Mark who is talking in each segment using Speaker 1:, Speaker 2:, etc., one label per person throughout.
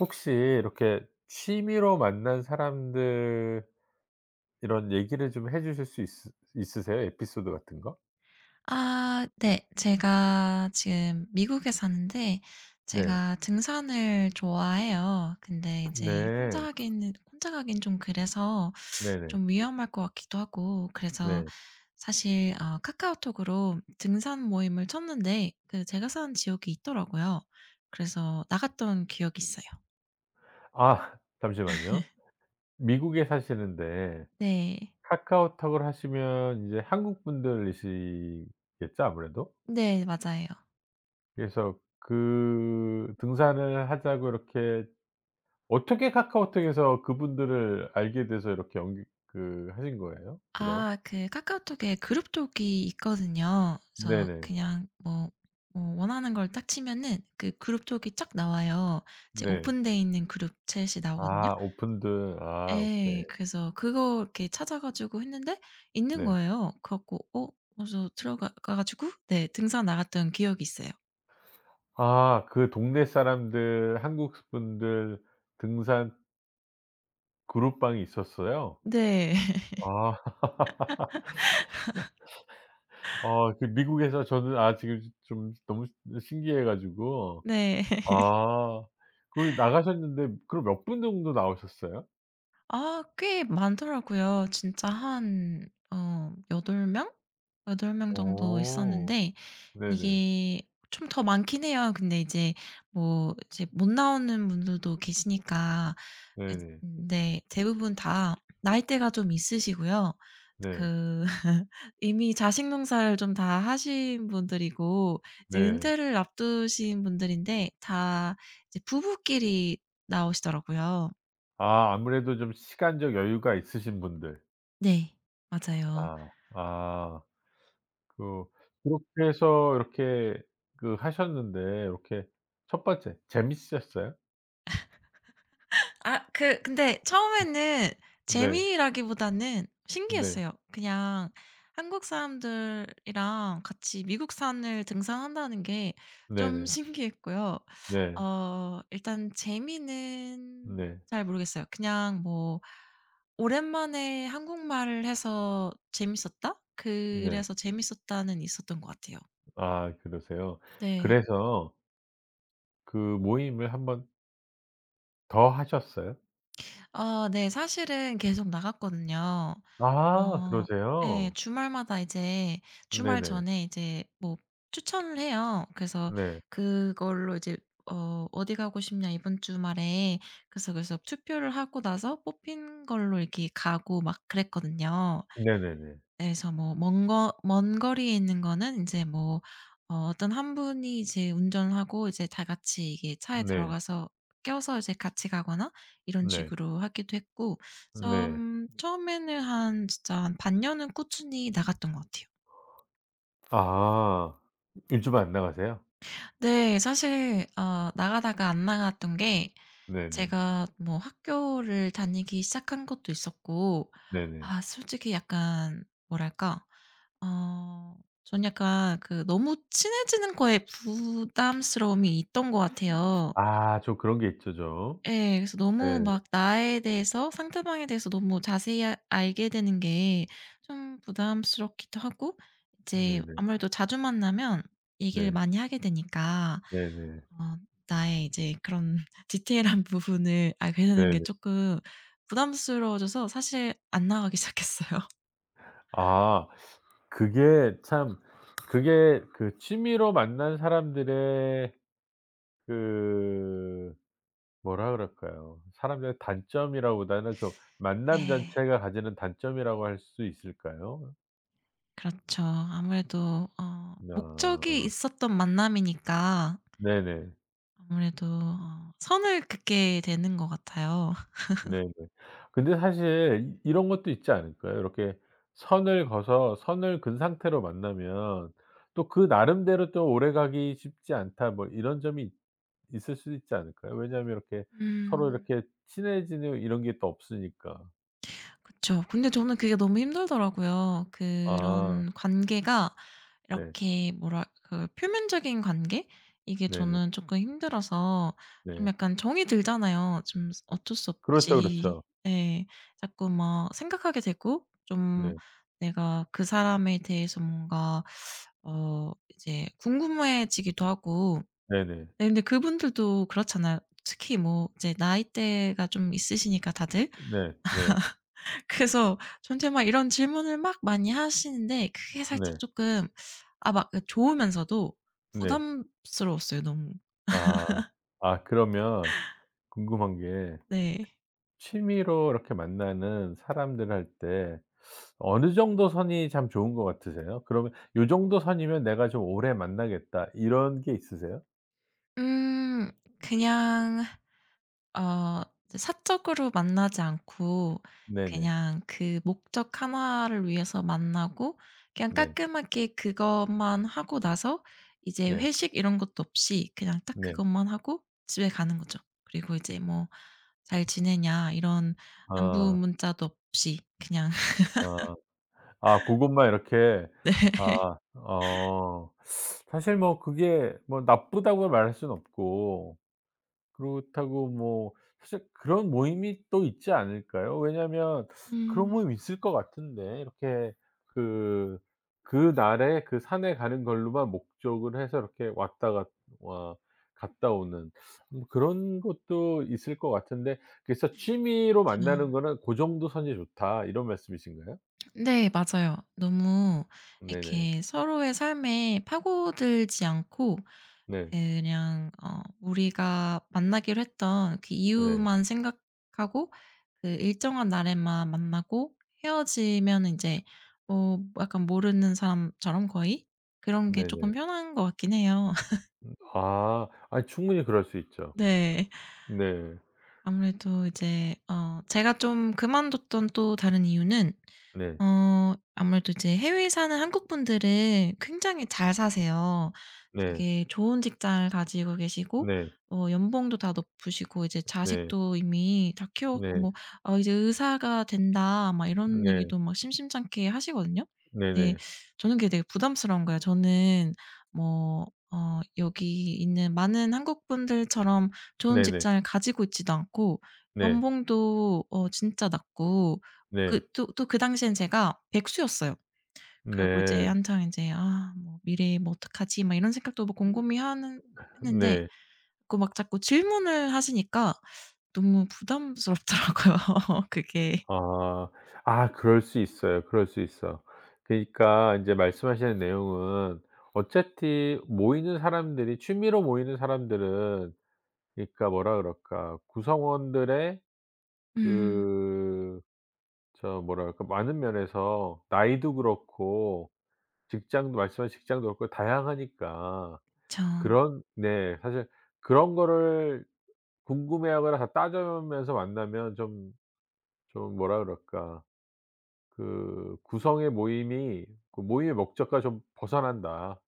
Speaker 1: 혹시 이렇게 취미로 만난 사람들 이런 얘기를 좀 해 주실 수 있으세요? 에피소드 같은 거?
Speaker 2: 아 네. 제가 지금 미국에 사는데
Speaker 1: 네.
Speaker 2: 제가 등산을 좋아해요. 근데 이제
Speaker 1: 네.
Speaker 2: 혼자 가긴 좀 그래서
Speaker 1: 네네.
Speaker 2: 좀 위험할 것 같기도 하고 그래서
Speaker 1: 네.
Speaker 2: 사실 카카오톡으로 등산 모임을 쳤는데 그 제가 사는 지역이 있더라고요. 그래서 나갔던 기억이 있어요.
Speaker 1: 아 잠시만요. 미국에 사시는데
Speaker 2: 네.
Speaker 1: 카카오톡을 하시면 이제 한국 분들이시겠죠 아무래도?
Speaker 2: 네. 맞아요.
Speaker 1: 그래서 그 등산을 하자고 이렇게 어떻게 카카오톡에서 그분들을 알게 돼서 이렇게 연결 하신 거예요? 그럼?
Speaker 2: 아 그 카카오톡에 그룹톡이 있거든요. 그래서
Speaker 1: 네네.
Speaker 2: 그냥 뭐 원하는 걸 딱 치면은 그 그룹톡이 쫙 나와요. 이제
Speaker 1: 네.
Speaker 2: 오픈돼 있는 그룹챗이 나오거든요.
Speaker 1: 아 오픈들. 아 오케이.
Speaker 2: 예. 그래서 그거 이렇게 찾아 가지고 했는데 있는
Speaker 1: 네.
Speaker 2: 거예요. 그래 갖고 그래서 들어가 가지고 네 등산 나갔던 기억이 있어요.
Speaker 1: 아 그 동네 사람들 한국 분들 등산 그룹방이 있었어요?
Speaker 2: 네.
Speaker 1: 아. 아 그 미국에서 저는 아 지금 좀 너무 신기해 가지고.
Speaker 2: 네.
Speaker 1: 아. 거기 나가셨는데 그럼 몇 분 정도 나오셨어요?
Speaker 2: 아 꽤 많더라고요. 진짜 한어덟 명? 8명 정도
Speaker 1: 어.
Speaker 2: 있었는데
Speaker 1: 네네.
Speaker 2: 이게 좀 더 많긴 해요. 근데 이제 뭐 이제 못 나오는 분들도 계시니까. 에
Speaker 1: 네네.
Speaker 2: 근데 대부분 다 나이대가 좀 있으시고요.
Speaker 1: 네.
Speaker 2: 그 이미 자식 농사를 좀 다 하신 분들이고 이제
Speaker 1: 네.
Speaker 2: 은퇴를 앞두신 분들인데 다 이제 부부끼리 나오시더라고요.
Speaker 1: 아 아무래도 좀 시간적 여유가 있으신 분들.
Speaker 2: 네. 맞아요.
Speaker 1: 아. 아. 그 그렇게 해서 이렇게 그 하셨는데 이렇게 첫 번째 재밌으셨어요?
Speaker 2: 아 그 근데 처음에는
Speaker 1: 네.
Speaker 2: 재미라기보다는
Speaker 1: 네.
Speaker 2: 신기했어요. 그냥 한국 사람들이랑 같이 미국 산을 등산한다는 게
Speaker 1: 네
Speaker 2: 좀
Speaker 1: 네.
Speaker 2: 신기했고요.
Speaker 1: 네.
Speaker 2: 일단 재미는
Speaker 1: 네.
Speaker 2: 잘 모르겠어요. 그냥 뭐 '오랜만에 한국말을 해서 재밌었다.'
Speaker 1: 네.
Speaker 2: 그래서 재밌었다는 있었던 것 같아요.
Speaker 1: 아 그러세요.
Speaker 2: 네.
Speaker 1: 그래서 그 모임을 한번 더 하셨어요?
Speaker 2: 네. 사실은 계속 나갔거든요.
Speaker 1: 아
Speaker 2: 어, 예.
Speaker 1: 그러세요?
Speaker 2: 주말마다 이제 주말
Speaker 1: 네네.
Speaker 2: 전에 이제 뭐 추천을 해요. 그래서
Speaker 1: 네.
Speaker 2: 그걸로 이제 "어디 가고 싶냐 이번 주말에." 그래서 투표를 하고 나서 뽑힌 걸로 이렇게 가고 막 그랬거든요.
Speaker 1: 네네네.
Speaker 2: 그래서 뭐 먼 거리에 있는 거는 인제 뭐 어떤 한 분이 이제 운전을 하고 이제 다 같이 이게 차에
Speaker 1: 네.
Speaker 2: 들어가서 껴서 이제 같이 가거나 이런
Speaker 1: 네.
Speaker 2: 식으로 하기도 했고
Speaker 1: 네.
Speaker 2: 좀 처음에는 한 진짜 한 반년은 꾸준히 나갔던 것 같아요.
Speaker 1: 아. 요즘 안 나가세요?
Speaker 2: 네. 사실 나가다가 안 나갔던 게
Speaker 1: 네네.
Speaker 2: 제가 뭐 학교를 다니기 시작한 것도 있었고
Speaker 1: 네네.
Speaker 2: 아 솔직히 약간 뭐랄까? 어 전 약간 그 너무 친해지는 거에 부담스러움이 있던 것 같아요.
Speaker 1: 아 좀 그런 게 있죠 좀.
Speaker 2: 예. 그래서 너무
Speaker 1: 네.
Speaker 2: 막 나에 대해서 상대방에 대해서 너무 자세히 알게 되는 게 좀 부담스럽기도 하고 이제
Speaker 1: 네네.
Speaker 2: 아무래도 자주 만나면 얘기를
Speaker 1: 네.
Speaker 2: 많이 하게 되니까
Speaker 1: 네네.
Speaker 2: 어 나의 이제 그런 디테일한 부분을 알게 되는 게
Speaker 1: 네네.
Speaker 2: 쪼끔 부담스러워져서 사실 안 나가기 시작했어요.
Speaker 1: 아 그게 참 그게 그 취미로 만난 사람들의 그 뭐라 그럴까요? 사람들의 단점이라기보다는 그 만남
Speaker 2: 네.
Speaker 1: 자체가 가지는 단점이라고 할 수 있을까요?
Speaker 2: 그렇죠. 아무래도 목적이
Speaker 1: 아
Speaker 2: 있었던 만남이니까
Speaker 1: 네네.
Speaker 2: 아무래도 선을 긋게 되는 것 같아요.
Speaker 1: 네네. 근데 사실 이 이런 것도 있지 않을까요? 이렇게 선을 그어서 선을 그은 상태로 만나면 또 그 나름대로 또 오래가기 쉽지 않다 뭐 이런 점이 있을 수도 있지 않을까요? 왜냐하면 이렇게 서로
Speaker 2: 음.
Speaker 1: 이렇게 친해지는 이런 게 또 없으니까.
Speaker 2: 그쵸. 근데 저는 그게 너무 힘들더라고요.
Speaker 1: 아
Speaker 2: 그런 관계가
Speaker 1: 네.
Speaker 2: 이렇게 뭐라 그 표면적인 관계? 이게
Speaker 1: 네네.
Speaker 2: 저는 조금 힘들어서 좀
Speaker 1: 네.
Speaker 2: 약간 정이 들잖아요. 좀 어쩔 수
Speaker 1: 그렇죠,
Speaker 2: 없이
Speaker 1: 그렇죠.
Speaker 2: 예. 자꾸 막 생각하게 되고 좀
Speaker 1: 네.
Speaker 2: 내가 그 사람에 대해서 뭔가 이제 궁금해지기도 하고
Speaker 1: 네네.
Speaker 2: 네 근데 그분들도 그렇잖아요. 특히 뭐 이제 나이대가 좀 있으시니까 다들.
Speaker 1: 네. 네.
Speaker 2: 그래서 저한테 막 이런 질문을 막 많이 하시는데 그게 살짝
Speaker 1: 네.
Speaker 2: 쪼끔 아 막 그 좋으면서도
Speaker 1: 네.
Speaker 2: 부담스러웠어요 너무.
Speaker 1: 아. 아 그러면 궁금한 게
Speaker 2: 네.
Speaker 1: 취미로 이렇게 만나는 사람들 할 때 어느 정도 선이 참 좋은 것 같으세요? 그러면 '요 정도 선이면 내가 좀 오래 만나겠다.' 이런 게 있으세요?
Speaker 2: 음. 그냥 이제 사적으로 만나지 않고
Speaker 1: 네네.
Speaker 2: 그냥 그 목적 하나를 위해서 만나고 그냥
Speaker 1: 네.
Speaker 2: 깔끔하게 그것만 하고 나서 이제
Speaker 1: 네.
Speaker 2: 회식 이런 것도 없이 그냥 딱
Speaker 1: 네.
Speaker 2: 그것만 하고 집에 가는 거죠. 그리고 이제 뭐 "잘 지내냐." 이런 안부
Speaker 1: 아.
Speaker 2: 문자도 없이 그냥
Speaker 1: 아. 아 고것만 이렇게 아 어 사실 뭐 그게 뭐 나쁘다고 말할 수는 없고 그렇다고 뭐 사실 그런 모임이 또 있지 않을까요? 왜냐면 그런 모
Speaker 2: 음.
Speaker 1: 임 있을 것 같은데 이렇게 그 그날에 그 산에 가는 걸로만 목적을 해서 이렇게 왔다 갔 와 갔다 오는 그런 것도 있을 것 같은데 그래서 "취미로 만나는 거는 고 정도 선이 좋다." 이런 말씀이신가요?
Speaker 2: 그쵸. 네 맞아요. 너무
Speaker 1: 네네.
Speaker 2: 이렇게 서로의 삶에 파고들지 않고
Speaker 1: 네.
Speaker 2: 예, 그냥 우리가 만나기로 했던 그
Speaker 1: 네.
Speaker 2: 이유만 생각하고 그 일정한 날에만 만나고 헤어지면 이제 뭐 약간 모르는 사람처럼 거의 그런 게
Speaker 1: 네네.
Speaker 2: 조금 편한 것 같긴 해요.
Speaker 1: 아. 아이 충분히 그럴 수 있죠.
Speaker 2: 네.
Speaker 1: 네.
Speaker 2: 아무래도 이제 제가 좀 그만뒀던 또 다른 이유는
Speaker 1: 네.
Speaker 2: 아무래도 이제 해외에 사는 한국 분들은 굉장히 잘 사세요.
Speaker 1: 네.
Speaker 2: 되게 좋은 직장을 가지고 계시고
Speaker 1: 네.
Speaker 2: 연봉도 다 높으시고 이제
Speaker 1: 네.
Speaker 2: 자식도 이미 다 키워 갖고
Speaker 1: 네.
Speaker 2: 뭐 이제 의사가 된다." 막 이런
Speaker 1: 네.
Speaker 2: 얘기도 막 심심찮게 하시거든요. 네.
Speaker 1: 네네.
Speaker 2: 저는 그게 되게 부담스러운 거예요. 저는 뭐 여기 있는 많은 한국 분들처럼 좋은
Speaker 1: 네네.
Speaker 2: 직장을 가지고 있지도 않고
Speaker 1: 네.
Speaker 2: 연봉도 진짜 낮고 그
Speaker 1: 네.
Speaker 2: 또 그 당시엔 제가 백수였어요. 그리고 이제
Speaker 1: 네.
Speaker 2: 한창 인제 '아 뭐 미래 뭐 어떡하지?' 막 이런 생각도 막 곰곰이 하는 했는데
Speaker 1: 네.
Speaker 2: 그 막 자꾸 질문을 하시니까 너무 부담스럽더라고요 그게.
Speaker 1: 아. 아 그럴 수 있어요. 그럴 수 있어. 그러니까 인제 말씀하시는 내용은 어차피 모이는 사람들이 취미로 모이는 사람들은 그러니까 뭐라 그럴까 구성원들의
Speaker 2: 음.
Speaker 1: 그 저 뭐라 그럴까 많은 면에서 나이도 그렇고 직장도 말씀하신 직장도 그렇고 다양하니까
Speaker 2: 그쵸.
Speaker 1: 그런 네 사실 그런 거를 궁금해하거나 다 따져면서 만나면 좀 좀 뭐라 그럴까. 그 구성의 모임이 그 모임의 목적과 좀 벗어난다.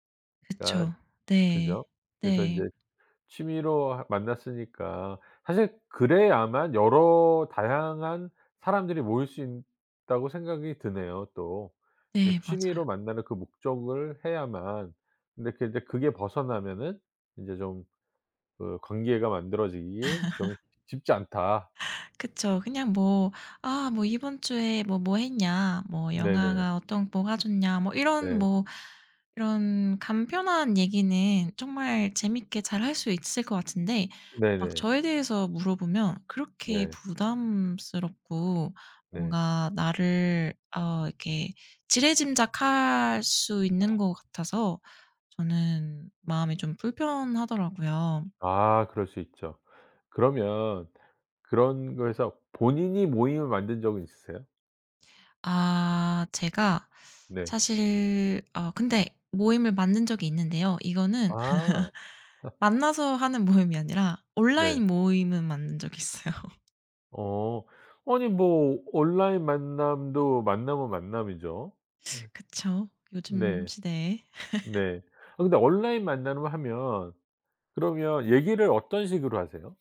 Speaker 1: 그러니까
Speaker 2: 그쵸. 네.
Speaker 1: 그죠? 그래서 인제
Speaker 2: 네.
Speaker 1: 취미로 하 만났으니까 사실 그래야만 여러 다양한 사람들이 모일 수 있다고 생각이 드네요 또. 이
Speaker 2: 네 맞아요.
Speaker 1: 취미로 만나는 그 목적을 해야만 근데 그 인제 그게 벗어나면은 이제 좀 그 관계가 만들어지기 좀 쉽지 않다.
Speaker 2: 그쵸. 그냥 뭐 "아 뭐 이번 주에 뭐 했냐?" 뭐
Speaker 1: 네네.
Speaker 2: "영화가 어떤 뭐가 좋냐?" 뭐 이런
Speaker 1: 네.
Speaker 2: 뭐 이런 간편한 얘기는 정말 재밌게 잘 할 수 있을 것 같은데 막
Speaker 1: 네네.
Speaker 2: 저에 대해서 물어보면 그렇게
Speaker 1: 네.
Speaker 2: 부담스럽고
Speaker 1: 네.
Speaker 2: 뭔가 나를 이렇게 지레짐작할 수 있는 것 같아서 저는 마음이 좀 불편하더라고요.
Speaker 1: 아 그럴 수 있죠. 그러면 그런 거에서 본인이 모임을 만든 적은 있으세요?
Speaker 2: 아 제가
Speaker 1: 네.
Speaker 2: 사실 근데 모임을 만든 적이 있는데요. 이거는
Speaker 1: 아.
Speaker 2: 만나서 하는 모임이 아니라
Speaker 1: 네.
Speaker 2: 온라인 모임은 만든 적이 있어요.
Speaker 1: 어. 아니 뭐 온라인 만남도 만남은 만남이죠.
Speaker 2: 그쵸. 요즘
Speaker 1: 네.
Speaker 2: 시대에.
Speaker 1: 네. 아 근데 온라인 만남을 하면 그러면 얘기를 어떤 식으로 하세요?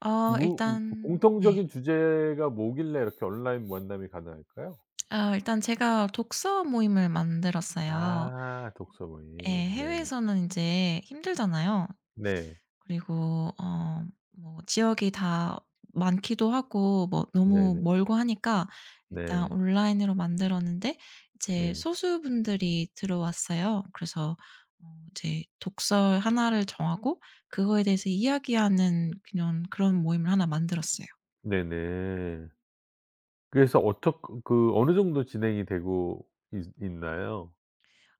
Speaker 1: 무
Speaker 2: 일단 네.
Speaker 1: 공통적인 주제가 뭐길래 이렇게 온라인 만남이 가능할까요?
Speaker 2: 일단 제가 독서 모임을 만들었어요.
Speaker 1: 아 독서
Speaker 2: 예
Speaker 1: 모임. 네.
Speaker 2: 해외에서는 이제 힘들잖아요.
Speaker 1: 네.
Speaker 2: 그리고 뭐 지역이 다 많기도 하고 뭐 너무
Speaker 1: 네네.
Speaker 2: 멀고 하니까 일단
Speaker 1: 네.
Speaker 2: 온라인으로 만들었는데 이제
Speaker 1: 네.
Speaker 2: 소수분들이 들어왔어요. 그래서 이제 독설 하나를 정하고 그거에 대해서 이야기하는 그냥 그런 모임을 하나 만들었어요.
Speaker 1: 네네. 그래서 어떻 그 어느 정도 진행이 되고 있 있나요?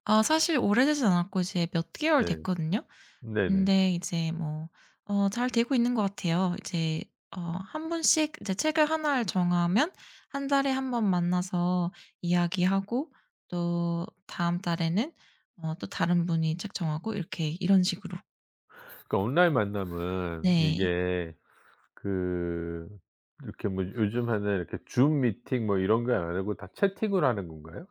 Speaker 2: 아 사실 오래되진 않았고 이제 몇 개월
Speaker 1: 네.
Speaker 2: 됐거든요.
Speaker 1: 네네.
Speaker 2: 근데 이제 뭐 잘 되고 있는 것 같아요. 이제 한 분씩 이제 책을 하나를 정하면 1달에 1번 만나서 이야기하고 또 다음 달에는 또 다른 분이 책 정하고 이렇게 이런 식으로.
Speaker 1: 그 온라인 만남은
Speaker 2: 네.
Speaker 1: 이게 그 이렇게 뭐 요즘 하는 이렇게 줌 미팅 뭐 이런 거 안 하고 다 채팅으로 하는 건가요?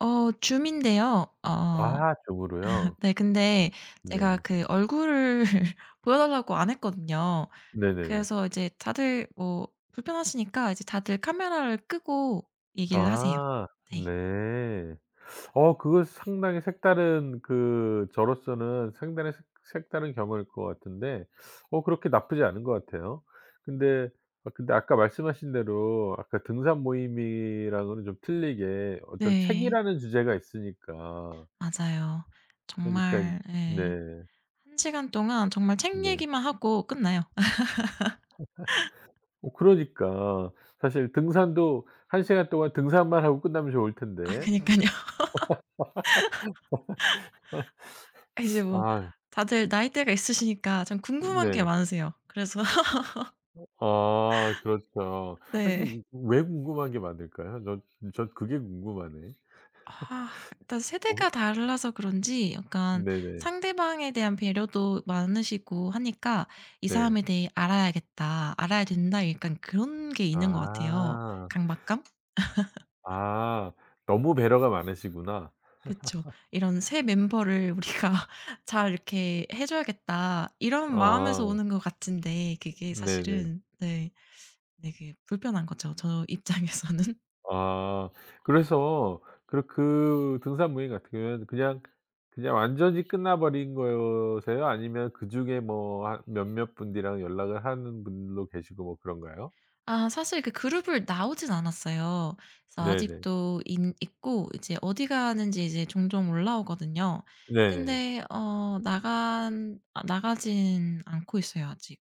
Speaker 2: 줌인데요.
Speaker 1: 아 줌으로요?
Speaker 2: 네 근데 제가
Speaker 1: 네네.
Speaker 2: 그 얼굴을 보여 달라고 안 했거든요.
Speaker 1: 네네네.
Speaker 2: 그래서 이제 다들 뭐 불편하시니까 이제 다들 카메라를 끄고 얘기를 하세요.
Speaker 1: 아
Speaker 2: 네.
Speaker 1: 네. 어 그거 상당히 색다른 그 저로서는 상당히 색 색다른 경험일 것 같은데 어 그렇게 나쁘지 않은 것 같아요. 근데 아 근데 아까 말씀하신 대로 아까 등산 모임이랑은 좀 틀리게 어떤
Speaker 2: 네.
Speaker 1: 책이라는 주제가 있으니까
Speaker 2: 맞아요.
Speaker 1: 그러니까 인
Speaker 2: 정말 예.
Speaker 1: 네.
Speaker 2: 1시간 동안 정말 책
Speaker 1: 네.
Speaker 2: 얘기만 하고 끝나요.
Speaker 1: 어 그러니까 사실 등산도 1 시간 동안 등산만 하고 끝나면 좋을
Speaker 2: 아
Speaker 1: 텐데.
Speaker 2: 그니깐요. 이제 뭐
Speaker 1: 아
Speaker 2: 다들 나이대가 있으시니까 참 궁금한 게
Speaker 1: 네.
Speaker 2: 많으세요. 그래서
Speaker 1: 아 그렇죠.
Speaker 2: 네.
Speaker 1: 아니 왜 궁금한 게 많을까요? 저, 전 그게 궁금하네.
Speaker 2: 아 일단
Speaker 1: 뭐
Speaker 2: 세대가 달라서 그런지 약간
Speaker 1: 네네.
Speaker 2: 상대방에 대한 배려도 많으시고 하니까 '이
Speaker 1: 네.
Speaker 2: 사람에 대해 알아야겠다. 알아야 된다.' 약간 그런 게 있는 것 같아요.
Speaker 1: 아.
Speaker 2: 강박감?
Speaker 1: 아 너무 배려가 많으시구나.
Speaker 2: 그쵸. '이런 새 멤버를 우리가 잘 이렇게 해 줘야겠다.' 이런
Speaker 1: 아
Speaker 2: 마음에서 오는 것 같은데 그게
Speaker 1: 네네.
Speaker 2: 사실은 네 되게 불편한 거죠 저 입장에서는.
Speaker 1: 아. 그래서 그러 그 등산 모임 같은 경우에는 그냥 그냥 완전히 끝나 버린 거세요? 아니면 그중에 뭐 한 몇몇 분들이랑 연락을 하는 분들도 계시고 뭐 그런가요?
Speaker 2: 아 사실 그 그룹을 나오진 않았어요. 그래서
Speaker 1: 네네.
Speaker 2: 아직도 인 있고 이제 어디 가는지 이제 종종 올라오거든요.
Speaker 1: 네네.
Speaker 2: 근데 어 나간 아 나가진 않고 있어요 아직.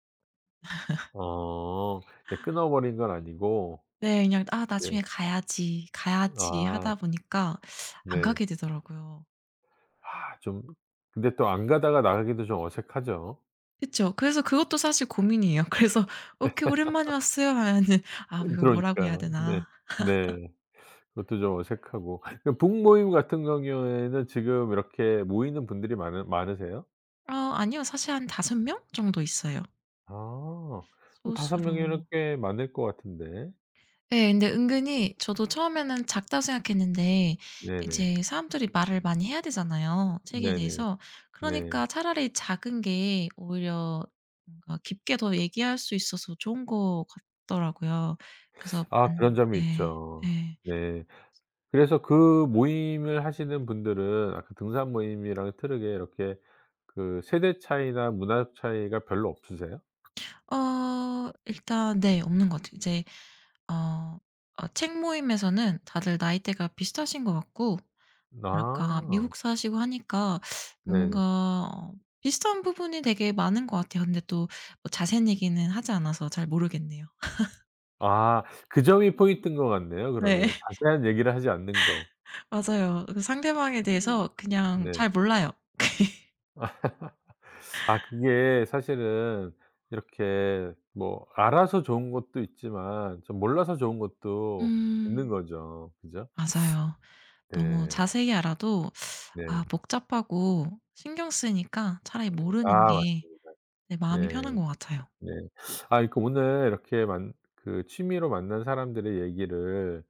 Speaker 1: 어. 네 끊어 버린 건 아니고
Speaker 2: 네 그냥 '아
Speaker 1: 예.
Speaker 2: 나중에 가야지, 가야지.'
Speaker 1: 아
Speaker 2: 하다 보니까 안
Speaker 1: 네.
Speaker 2: 가게 되더라고요.
Speaker 1: 아 좀 근데 또 안 가다가 나가기도 좀 어색하죠.
Speaker 2: 그쵸. 그래서 그것도 사실 고민이에요. 그래서 "오케이. 오랜만에 왔어요." 하면은 '아 이걸 뭐라고 해야
Speaker 1: 그러니까요. 네.
Speaker 2: 되나.'
Speaker 1: 네. 그것도 좀 어색하고. 그럼 북모임 같은 경우에는 지금 이렇게 모이는 분들이 많으세요?
Speaker 2: 아니요. 사실 한 5명 정도 있어요.
Speaker 1: 아. 그럼 다섯
Speaker 2: 소수로.
Speaker 1: 명이면 꽤 많을 것 같은데.
Speaker 2: 예. 근데 은근히 저도 처음에는 작다고 생각했는데
Speaker 1: 네네.
Speaker 2: 이제 사람들이 말을 많이 해야 되잖아요, 책에
Speaker 1: 네네.
Speaker 2: 대해서.
Speaker 1: 네.
Speaker 2: 그러니까 차라리 작은 게 오히려 뭔가 깊게 더 얘기할 수 있어서 좋은 것 같더라고요. 그래서
Speaker 1: 아 그런 점이
Speaker 2: 네.
Speaker 1: 있죠.
Speaker 2: 예.
Speaker 1: 네. 그래서 그 모임을 하시는 분들은 아까 등산 모임이랑 다르게 이렇게 그 세대 차이나 문화 차이가 별로 없으세요?
Speaker 2: 일단 네. 없는 것 같아요. 이제 어 책 모임에서는 다들 나이대가 비슷하신 것 같고 뭐랄까
Speaker 1: 아.
Speaker 2: 미국 사시고 하니까 뭔가
Speaker 1: 네네.
Speaker 2: 어 비슷한 부분이 되게 많은 것 같아요. 근데 또뭐 자세한 얘기는 하지 않아서 잘 모르겠네요.
Speaker 1: 아 그 점이 포인트인 것 같네요
Speaker 2: 네.
Speaker 1: 그러면. 자세한 얘기를 하지 않는 거.
Speaker 2: 맞아요. 그 상대방에
Speaker 1: 음.
Speaker 2: 대해서 그냥
Speaker 1: 네.
Speaker 2: 잘 몰라요.
Speaker 1: 아 그게 사실은 이렇게 뭐 알아서 좋은 것도 있지만 좀 몰라서 좋은 것도 있는
Speaker 2: 음.
Speaker 1: 거죠. 그죠?
Speaker 2: 맞아요. 너무
Speaker 1: 네.
Speaker 2: 자세히 알아도 아
Speaker 1: 네.
Speaker 2: 복잡하고 신경 쓰니까 차라리 모르는
Speaker 1: 아
Speaker 2: 게
Speaker 1: 맞습니다.
Speaker 2: 내 마음이
Speaker 1: 네.
Speaker 2: 편한 것 같아요.
Speaker 1: 네. 아 그러니까 오늘 이렇게 만 그 취미로 만난 사람들의 얘기를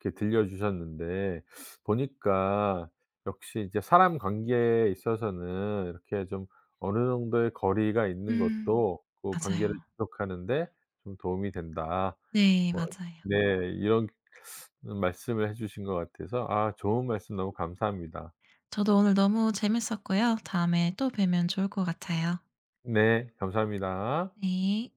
Speaker 1: 이렇게 들려 주셨는데 보니까 역시 이제 사람 관계에 있어서는 이렇게 좀 어느 정도의 거리가 있는
Speaker 2: 음.
Speaker 1: 것도 그 관계를
Speaker 2: 맞아요.
Speaker 1: 지속하는 데 좀 도움이 된다.
Speaker 2: 네,
Speaker 1: 뭐
Speaker 2: 맞아요.
Speaker 1: 네. 이런 말씀을 해 주신 것 같아서 아 좋은 말씀 너무 감사합니다.
Speaker 2: 저도 오늘 너무 재밌었고요. 다음에 또 뵈면 좋을 것 같아요.
Speaker 1: 네. 감사합니다.
Speaker 2: 네.